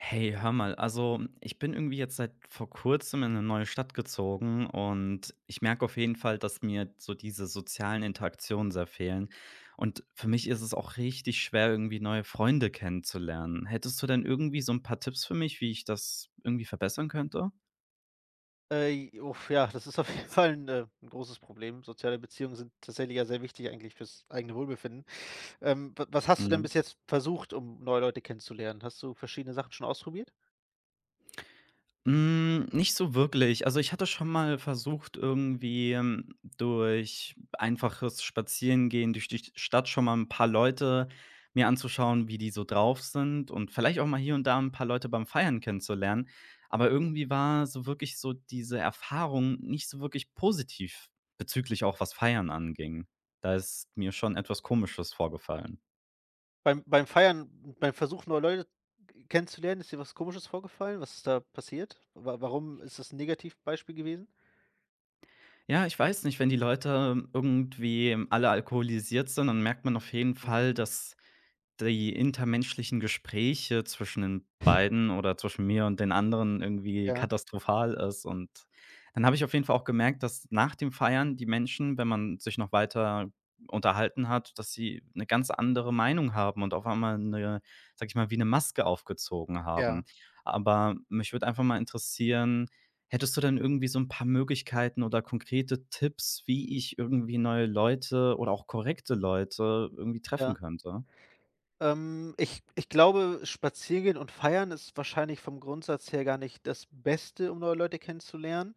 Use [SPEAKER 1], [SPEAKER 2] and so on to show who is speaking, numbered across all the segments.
[SPEAKER 1] Hey, hör mal, also ich bin irgendwie jetzt seit vor kurzem in eine neue Stadt gezogen und ich merke auf jeden Fall, dass mir so diese sozialen Interaktionen sehr fehlen. Und für mich ist es auch richtig schwer, irgendwie neue Freunde kennenzulernen. Hättest du denn irgendwie so ein paar Tipps für mich, wie ich das irgendwie verbessern könnte?
[SPEAKER 2] Das ist auf jeden Fall ein 'n großes Problem. Soziale Beziehungen sind tatsächlich ja sehr wichtig eigentlich fürs eigene Wohlbefinden. Wa was hast du denn
[SPEAKER 1] Mhm.
[SPEAKER 2] bis jetzt versucht, um neue Leute kennenzulernen? Hast du verschiedene Sachen schon ausprobiert?
[SPEAKER 1] Hm, nicht so wirklich. Also, ich hatte schon mal versucht, irgendwie, durch einfaches Spazierengehen durch die Stadt schon mal ein paar Leute mir anzuschauen, wie die so drauf sind und vielleicht auch mal hier und da ein paar Leute beim Feiern kennenzulernen. Aber irgendwie war so wirklich so diese Erfahrung nicht so wirklich positiv bezüglich auch was Feiern anging. Da ist mir schon etwas Komisches vorgefallen.
[SPEAKER 2] Beim Feiern, beim Versuch, neue Leute kennenzulernen, ist dir was Komisches vorgefallen? Was ist da passiert? Wa warum ist das ein Negativbeispiel gewesen?
[SPEAKER 1] Ja, ich weiß nicht, wenn die Leute irgendwie alle alkoholisiert sind, dann merkt man auf jeden
[SPEAKER 2] Mhm.
[SPEAKER 1] Fall, dass die intermenschlichen Gespräche zwischen den beiden oder zwischen mir und den anderen irgendwie
[SPEAKER 2] Ja,
[SPEAKER 1] katastrophal ist. Und dann habe ich auf jeden Fall auch gemerkt, dass nach dem Feiern die Menschen, wenn man sich noch weiter unterhalten hat, dass sie eine ganz andere Meinung haben und auf einmal eine, sag ich mal, wie eine Maske aufgezogen haben.
[SPEAKER 2] ja,
[SPEAKER 1] Aber mich würde einfach mal interessieren, hättest du denn irgendwie so ein paar Möglichkeiten oder konkrete Tipps, wie ich irgendwie neue Leute oder auch korrekte Leute irgendwie treffen
[SPEAKER 2] ja.
[SPEAKER 1] könnte?
[SPEAKER 2] Ich glaube, Spazierengehen und Feiern ist wahrscheinlich vom Grundsatz her gar nicht das Beste, um neue Leute kennenzulernen.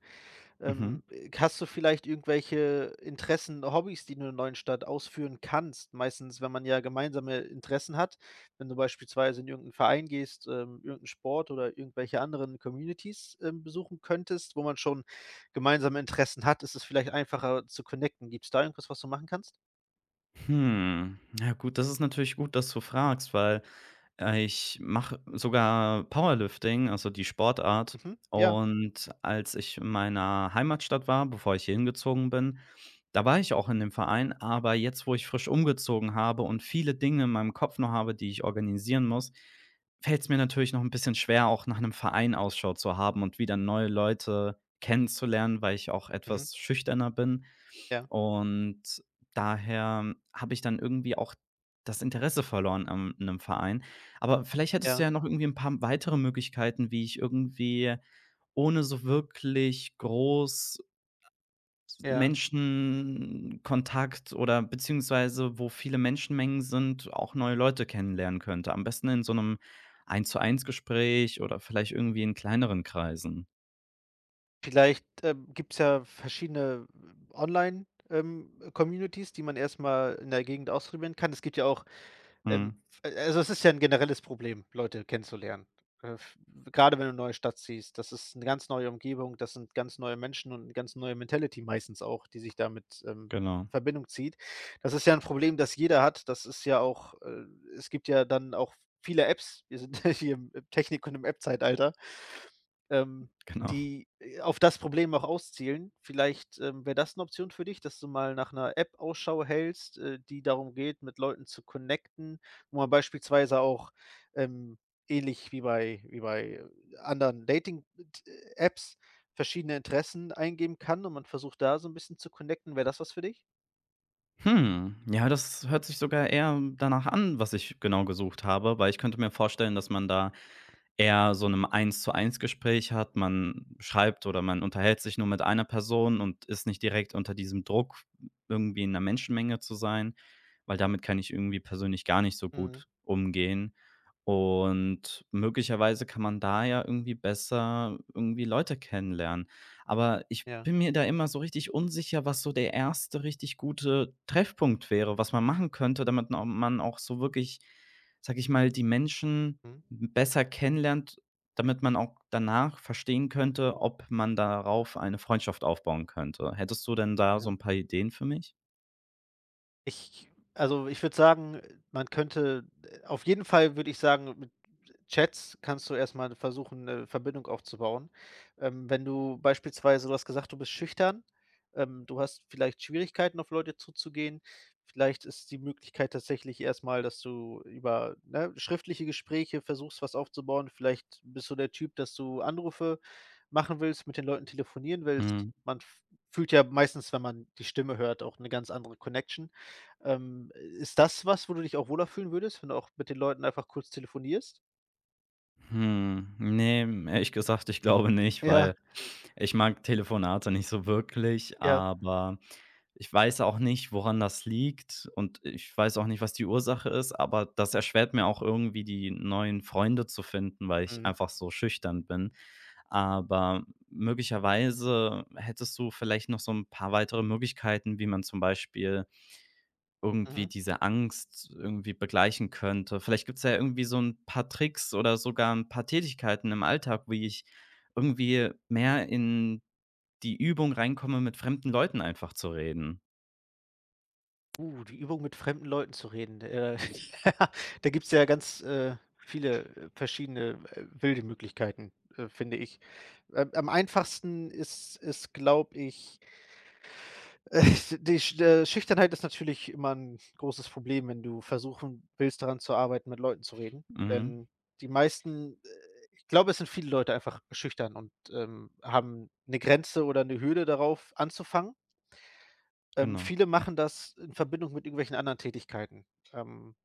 [SPEAKER 1] Mhm.
[SPEAKER 2] Hast du vielleicht irgendwelche Interessen, Hobbys, die du in der neuen Stadt ausführen kannst? Meistens, wenn man ja gemeinsame Interessen hat, wenn du beispielsweise in irgendeinen Verein gehst, irgendeinen Sport oder irgendwelche anderen Communities besuchen könntest, wo man schon gemeinsame Interessen hat, ist es vielleicht einfacher zu connecten. Gibt es da irgendwas, was du machen kannst?
[SPEAKER 1] Hm, ja gut, das ist natürlich gut, dass du fragst, weil, ich mache sogar Powerlifting, also die Sportart.
[SPEAKER 2] Mhm. Ja.
[SPEAKER 1] Und als ich in meiner Heimatstadt war, bevor ich hier hingezogen bin, da war ich auch in dem Verein, aber jetzt, wo ich frisch umgezogen habe und viele Dinge in meinem Kopf noch habe, die ich organisieren muss, fällt es mir natürlich noch ein bisschen schwer, auch nach einem Verein Ausschau zu haben und wieder neue Leute kennenzulernen, weil ich auch
[SPEAKER 2] Mhm.
[SPEAKER 1] etwas schüchterner bin.
[SPEAKER 2] Ja.
[SPEAKER 1] Und daher habe ich dann irgendwie auch das Interesse verloren an 'nem Verein. Aber vielleicht hättest du
[SPEAKER 2] Ja.
[SPEAKER 1] ja noch irgendwie 'n paar weitere Möglichkeiten, wie ich irgendwie ohne so wirklich groß
[SPEAKER 2] Ja.
[SPEAKER 1] Menschenkontakt oder beziehungsweise wo viele Menschenmengen sind, auch neue Leute kennenlernen könnte. Am besten in so 'nem Eins-zu-eins Gespräch oder vielleicht irgendwie in kleineren Kreisen.
[SPEAKER 2] Vielleicht, gibt es ja verschiedene Online-, Communities, die man erst mal in der Gegend ausprobieren kann. Es gibt ja auch Ähm,
[SPEAKER 1] Mhm,
[SPEAKER 2] also, es ist ja 'n generelles Problem, Leute kennenzulernen. F Grade wenn du in 'ne neue Stadt ziehst. Das ist 'ne ganz neue Umgebung, das sind ganz neue Menschen und 'ne ganz neue Mentality meistens auch, die sich da mit,
[SPEAKER 1] genau,
[SPEAKER 2] Verbindung zieht. Das ist ja 'n Problem, das jeder hat. Das ist ja auch es gibt ja dann auch viele Apps. Wir sind ja hier im Technik- und im App-Zeitalter, ähm,
[SPEAKER 1] genau.
[SPEAKER 2] die, auf das Problem auch auszielen. Vielleicht, wäre das 'ne Option für dich, dass du mal nach 'ner App Ausschau hältst, die darum geht, mit Leuten zu connecten, wo man beispielsweise auch, ähm, ähnlich wie bei anderen Dating Apps verschiedene Interessen eingeben kann und man versucht da so ein bisschen zu connecten. Wäre das was für dich?
[SPEAKER 1] Hm, ja, das hört sich sogar eher danach an, was ich genau gesucht habe, weil ich könnte mir vorstellen, dass man da eher so einem Eins-zu-eins-Gespräch hat. Man schreibt oder man unterhält sich nur mit einer Person und ist nicht direkt unter diesem Druck, irgendwie in 'ner Menschenmenge zu sein, weil damit kann ich irgendwie persönlich gar nicht so
[SPEAKER 2] Mhm.
[SPEAKER 1] gut umgehen. Und möglicherweise kann man da ja irgendwie besser irgendwie Leute kennenlernen. Aber ich
[SPEAKER 2] Ja.
[SPEAKER 1] bin mir da immer so richtig unsicher, was so der erste richtig gute Treffpunkt wäre, was man machen könnte, damit na man auch so wirklich, sage ich mal, die Menschen
[SPEAKER 2] Mhm.
[SPEAKER 1] besser kennenlernt, damit man auch danach verstehen könnte, ob man darauf eine Freundschaft aufbauen könnte. Hättest du denn da so
[SPEAKER 2] Ja.
[SPEAKER 1] ein paar Ideen für mich?
[SPEAKER 2] Ich ich würde sagen, man könnte auf jeden Fall würde ich sagen, mit Chats kannst du erst mal versuchen, 'ne Verbindung aufzubauen. Wenn du beispielsweise du hast gesagt, du bist schüchtern, du hast vielleicht Schwierigkeiten, auf Leute zuzugehen. Vielleicht ist die Möglichkeit tatsächlich erst mal, dass du über, ne, schriftliche Gespräche versuchst, was aufzubauen. Vielleicht bist du der Typ, dass du Anrufe machen willst, mit den Leuten telefonieren willst.
[SPEAKER 1] Mhm.
[SPEAKER 2] Man f fühlt ja meistens, wenn man die Stimme hört, auch eine ganz andere Connection. Ist das was, wo du dich auch wohler fühlen würdest, wenn du auch mit den Leuten einfach kurz telefonierst?
[SPEAKER 1] Hm, ne, ehrlich gesagt, ich glaube nicht,
[SPEAKER 2] Ja,
[SPEAKER 1] weil ich mag Telefonate nicht so wirklich,
[SPEAKER 2] ja.
[SPEAKER 1] aber ich weiß auch nicht, woran das liegt und ich weiß auch nicht, was die Ursache ist, aber das erschwert mir auch irgendwie, die neuen Freunde zu finden, weil ich
[SPEAKER 2] Mhm,
[SPEAKER 1] einfach so schüchtern bin. Aber möglicherweise hättest du vielleicht noch so ein paar weitere Möglichkeiten, wie man zum Beispiel irgendwie
[SPEAKER 2] mhm.
[SPEAKER 1] diese Angst irgendwie begleichen könnte. Vielleicht gibt es ja irgendwie so ein paar Tricks oder sogar ein paar Tätigkeiten im Alltag, wie ich irgendwie mehr in die Übung reinkomme, mit fremden Leuten einfach zu reden.
[SPEAKER 2] Die Übung, mit fremden Leuten zu reden. Ja, da gibt's ja ganz, viele, verschiedene, wilde Möglichkeiten, finde ich. Am einfachsten ist es, glaube ich Äh, die Sch Schüchternheit ist natürlich immer ein großes Problem, wenn du versuchen willst, daran zu arbeiten, mit Leuten zu reden.
[SPEAKER 1] Mhm.
[SPEAKER 2] Denn die meisten ich glaube, es sind viele Leute einfach schüchtern und, haben eine Grenze oder eine Hürde, darauf anzufangen.
[SPEAKER 1] Genau,
[SPEAKER 2] Viele machen das in Verbindung mit irgendwelchen anderen Tätigkeiten. Ähm,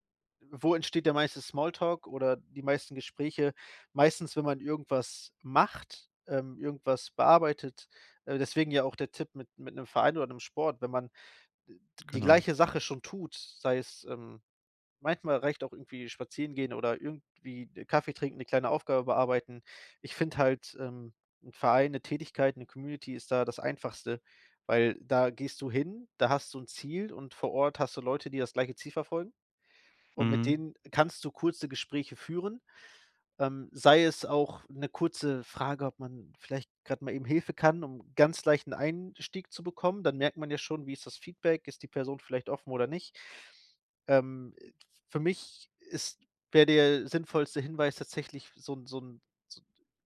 [SPEAKER 2] Wo entsteht der meiste Smalltalk oder die meisten Gespräche? Meistens, wenn man irgendwas macht, irgendwas bearbeitet. Deswegen ja auch der Tipp mit 'nem Verein oder einem Sport, wenn man die
[SPEAKER 1] genau.
[SPEAKER 2] gleiche Sache schon tut, sei es manchmal reicht auch irgendwie spazieren gehen oder irgendwie Kaffee trinken, eine kleine Aufgabe bearbeiten. Ich finde halt, 'n Verein, 'ne Tätigkeit, 'ne Community ist da das Einfachste, weil da gehst du hin, da hast du ein Ziel und vor Ort hast du Leute, die das gleiche Ziel verfolgen, und mit
[SPEAKER 1] Mhm.
[SPEAKER 2] denen kannst du kurze Gespräche führen, sei es auch eine kurze Frage, ob man vielleicht gerade mal eben Hilfe kann, um ganz leichten Einstieg zu bekommen. Dann merkt man ja schon, wie ist das Feedback? Ist die Person vielleicht offen oder nicht? Ähm, äh, für mich ist wäre der sinnvollste Hinweis tatsächlich so ein so 'n so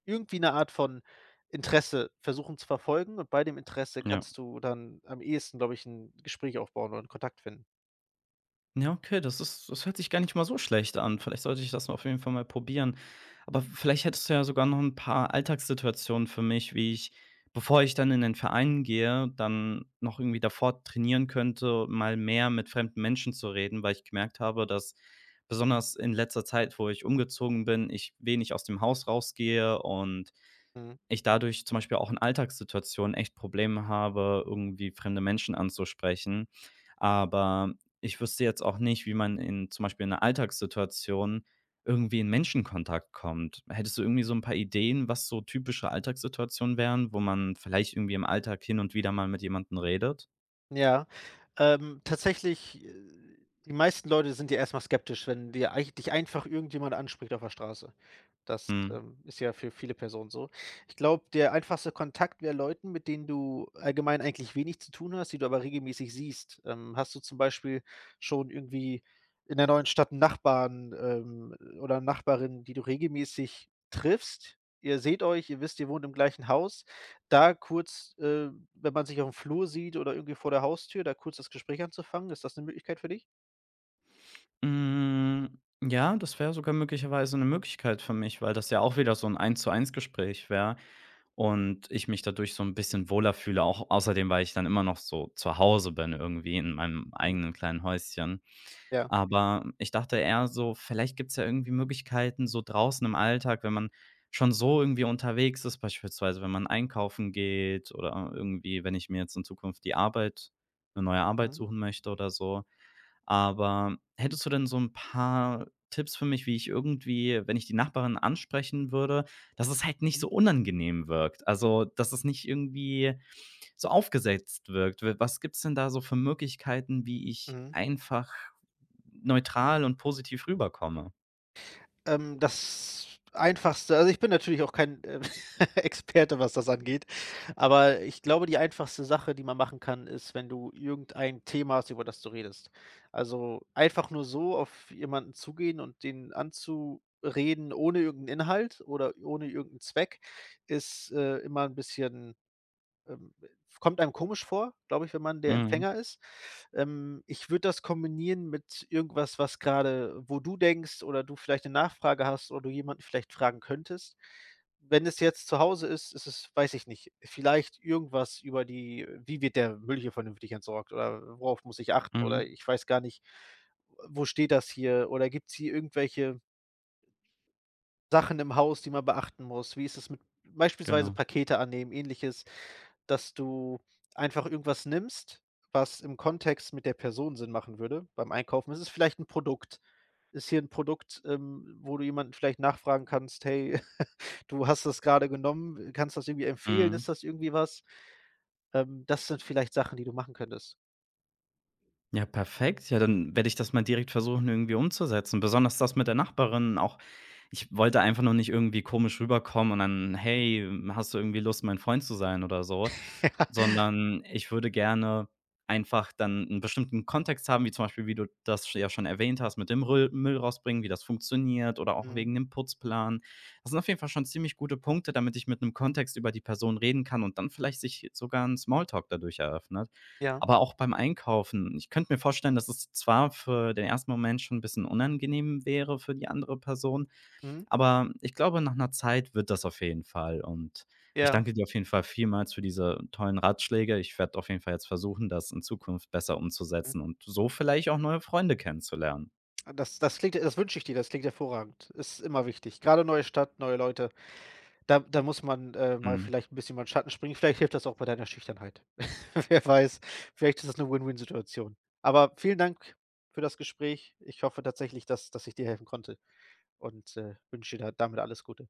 [SPEAKER 2] irgendwie eine Art von Interesse versuchen zu verfolgen, und bei dem Interesse
[SPEAKER 1] Ja.
[SPEAKER 2] kannst du dann am ehesten, glaube ich, ein Gespräch aufbauen oder 'n Kontakt finden.
[SPEAKER 1] Ja, okay, das ist, das hört sich gar nicht mal so schlecht an. Vielleicht sollte ich das auf jeden Fall mal probieren. Aber vielleicht hättest du ja sogar noch ein paar Alltagssituationen für mich, wie ich, bevor ich dann in den Verein gehe, dann noch irgendwie davor trainieren könnte, mal mehr mit fremden Menschen zu reden, weil ich gemerkt habe, dass besonders in letzter Zeit, wo ich umgezogen bin, ich wenig aus dem Haus rausgehe und
[SPEAKER 2] Mhm.
[SPEAKER 1] ich dadurch zum Beispiel auch in Alltagssituationen echt Probleme habe, irgendwie fremde Menschen anzusprechen. Aber ich wüsste jetzt auch nicht, wie man in zum Beispiel in einer Alltagssituation irgendwie in Menschenkontakt kommt. Hättest du irgendwie so ein paar Ideen, was so typische Alltagssituationen wären, wo man vielleicht irgendwie im Alltag hin und wieder mal mit jemandem redet?
[SPEAKER 2] Ja, tatsächlich, die meisten Leute sind ja erstmal skeptisch, wenn dir eig dich einfach irgendjemand anspricht auf der Straße. Das,
[SPEAKER 1] Mhm.
[SPEAKER 2] ist ja für viele Personen so. Ich glaube, der einfachste Kontakt wäre Leuten, mit denen du allgemein eigentlich wenig zu tun hast, die du aber regelmäßig siehst. Hast du zum Beispiel schon irgendwie in der neuen Stadt 'n Nachbarn, oder Nachbarin, die du regelmäßig triffst? Ihr seht euch, ihr wisst, ihr wohnt im gleichen Haus, da kurz, wenn man sich auf dem Flur sieht oder irgendwie vor der Haustür, da kurz das Gespräch anzufangen, ist das 'ne Möglichkeit für dich?
[SPEAKER 1] Hm, Mm, ja, das wäre sogar möglicherweise eine Möglichkeit für mich, weil das ja auch wieder so ein Eins-zu-eins Gespräch wäre. Und ich mich dadurch so ein bisschen wohler fühle, auch außerdem, weil ich dann immer noch so zu Hause bin irgendwie in meinem
[SPEAKER 2] Mhm.
[SPEAKER 1] eigenen kleinen Häuschen.
[SPEAKER 2] Ja.
[SPEAKER 1] Aber ich dachte eher so, vielleicht gibt's ja irgendwie Möglichkeiten so draußen im Alltag, wenn man schon so irgendwie unterwegs ist, beispielsweise wenn man einkaufen geht oder irgendwie, wenn ich mir jetzt in Zukunft die Arbeit eine neue Arbeit
[SPEAKER 2] Mhm.
[SPEAKER 1] suchen möchte oder so, aber hättest du denn so ein paar Tipps für mich, wie ich irgendwie, wenn ich die Nachbarin ansprechen würde, dass es halt nicht
[SPEAKER 2] Mhm.
[SPEAKER 1] so unangenehm wirkt? Also, dass es nicht irgendwie so aufgesetzt wirkt. W was gibt's denn da so für Möglichkeiten, wie ich
[SPEAKER 2] Mhm.
[SPEAKER 1] einfach neutral und positiv rüberkomme?
[SPEAKER 2] Das Einfachste also, ich bin natürlich auch kein, Experte, was das angeht, aber ich glaube, die einfachste Sache, die man machen kann, ist, wenn du irgendein Thema hast, über das du redest. Also, einfach nur so auf jemanden zugehen und den anzureden ohne irgendeinen Inhalt oder ohne irgendeinen Zweck ist, immer ein bisschen ähm, kommt einem komisch vor, glaube ich, wenn man der
[SPEAKER 1] Mhm,
[SPEAKER 2] Empfänger ist. Ich würde das kombinieren mit irgendwas, was gerade, wo du denkst oder du vielleicht eine Nachfrage hast oder du jemanden vielleicht fragen könntest. Wenn es jetzt zu Hause ist, ist es, weiß ich nicht, vielleicht irgendwas über die wie wird der Müll hier vernünftig entsorgt oder worauf muss ich achten
[SPEAKER 1] mhm,
[SPEAKER 2] oder ich weiß gar nicht, wo steht das hier oder gibt's hier irgendwelche Sachen im Haus, die man beachten muss? Wie ist es mit beispielsweise
[SPEAKER 1] genau,
[SPEAKER 2] Pakete annehmen, Ähnliches, dass du einfach irgendwas nimmst, was im Kontext mit der Person Sinn machen würde, beim Einkaufen? Ist es vielleicht 'n Produkt? Ist hier 'n Produkt, wo du jemanden vielleicht nachfragen kannst: „Hey, du hast das grade genommen, kannst das irgendwie empfehlen?
[SPEAKER 1] mhm.
[SPEAKER 2] Ist das irgendwie was?“ Das sind vielleicht Sachen, die du machen könntest.
[SPEAKER 1] Ja, perfekt. Ja, dann werde ich das mal direkt versuchen, irgendwie umzusetzen. Besonders das mit der Nachbarin auch. Ich wollte einfach nur nicht irgendwie komisch rüberkommen und dann:
[SPEAKER 2] Ja.
[SPEAKER 1] „Hey, hast du irgendwie Lust, mein Freund zu sein oder so?“ Sondern ich würde gerne einfach dann einen bestimmten Kontext haben, wie zum Beispiel, wie du das ja schon erwähnt hast, mit dem Rüll Müll rausbringen, wie das funktioniert oder auch
[SPEAKER 2] Mhm.
[SPEAKER 1] wegen dem Putzplan. Das sind auf jeden Fall schon ziemlich gute Punkte, damit ich mit einem Kontext über die Person reden kann und dann vielleicht sich sogar 'n Smalltalk dadurch eröffnet.
[SPEAKER 2] Ja.
[SPEAKER 1] Aber auch beim Einkaufen. Ich könnte mir vorstellen, dass es zwar für den ersten Moment schon 'n bisschen unangenehm wäre für die andere Person,
[SPEAKER 2] Mhm.
[SPEAKER 1] aber ich glaube, nach einer Zeit wird das auf jeden Fall. Und ich
[SPEAKER 2] Ja.
[SPEAKER 1] danke dir auf jeden Fall vielmals für diese tollen Ratschläge. Ich werde auf jeden Fall jetzt versuchen, das in Zukunft besser
[SPEAKER 2] Mhm.
[SPEAKER 1] umzusetzen und so vielleicht auch neue Freunde kennenzulernen.
[SPEAKER 2] Das wünsche ich dir, das klingt hervorragend. Ist immer wichtig. Grade neue Stadt, neue Leute. Da muss man, mal
[SPEAKER 1] Mhm.
[SPEAKER 2] vielleicht ein bisschen über 'n Schatten springen. Vielleicht hilft das auch bei deiner Schüchternheit. Wer weiß, vielleicht ist das eine Win-Win-Situation. Aber vielen Dank für das Gespräch. Ich hoffe tatsächlich, dass ich dir helfen konnte und, wünsche dir da damit alles Gute.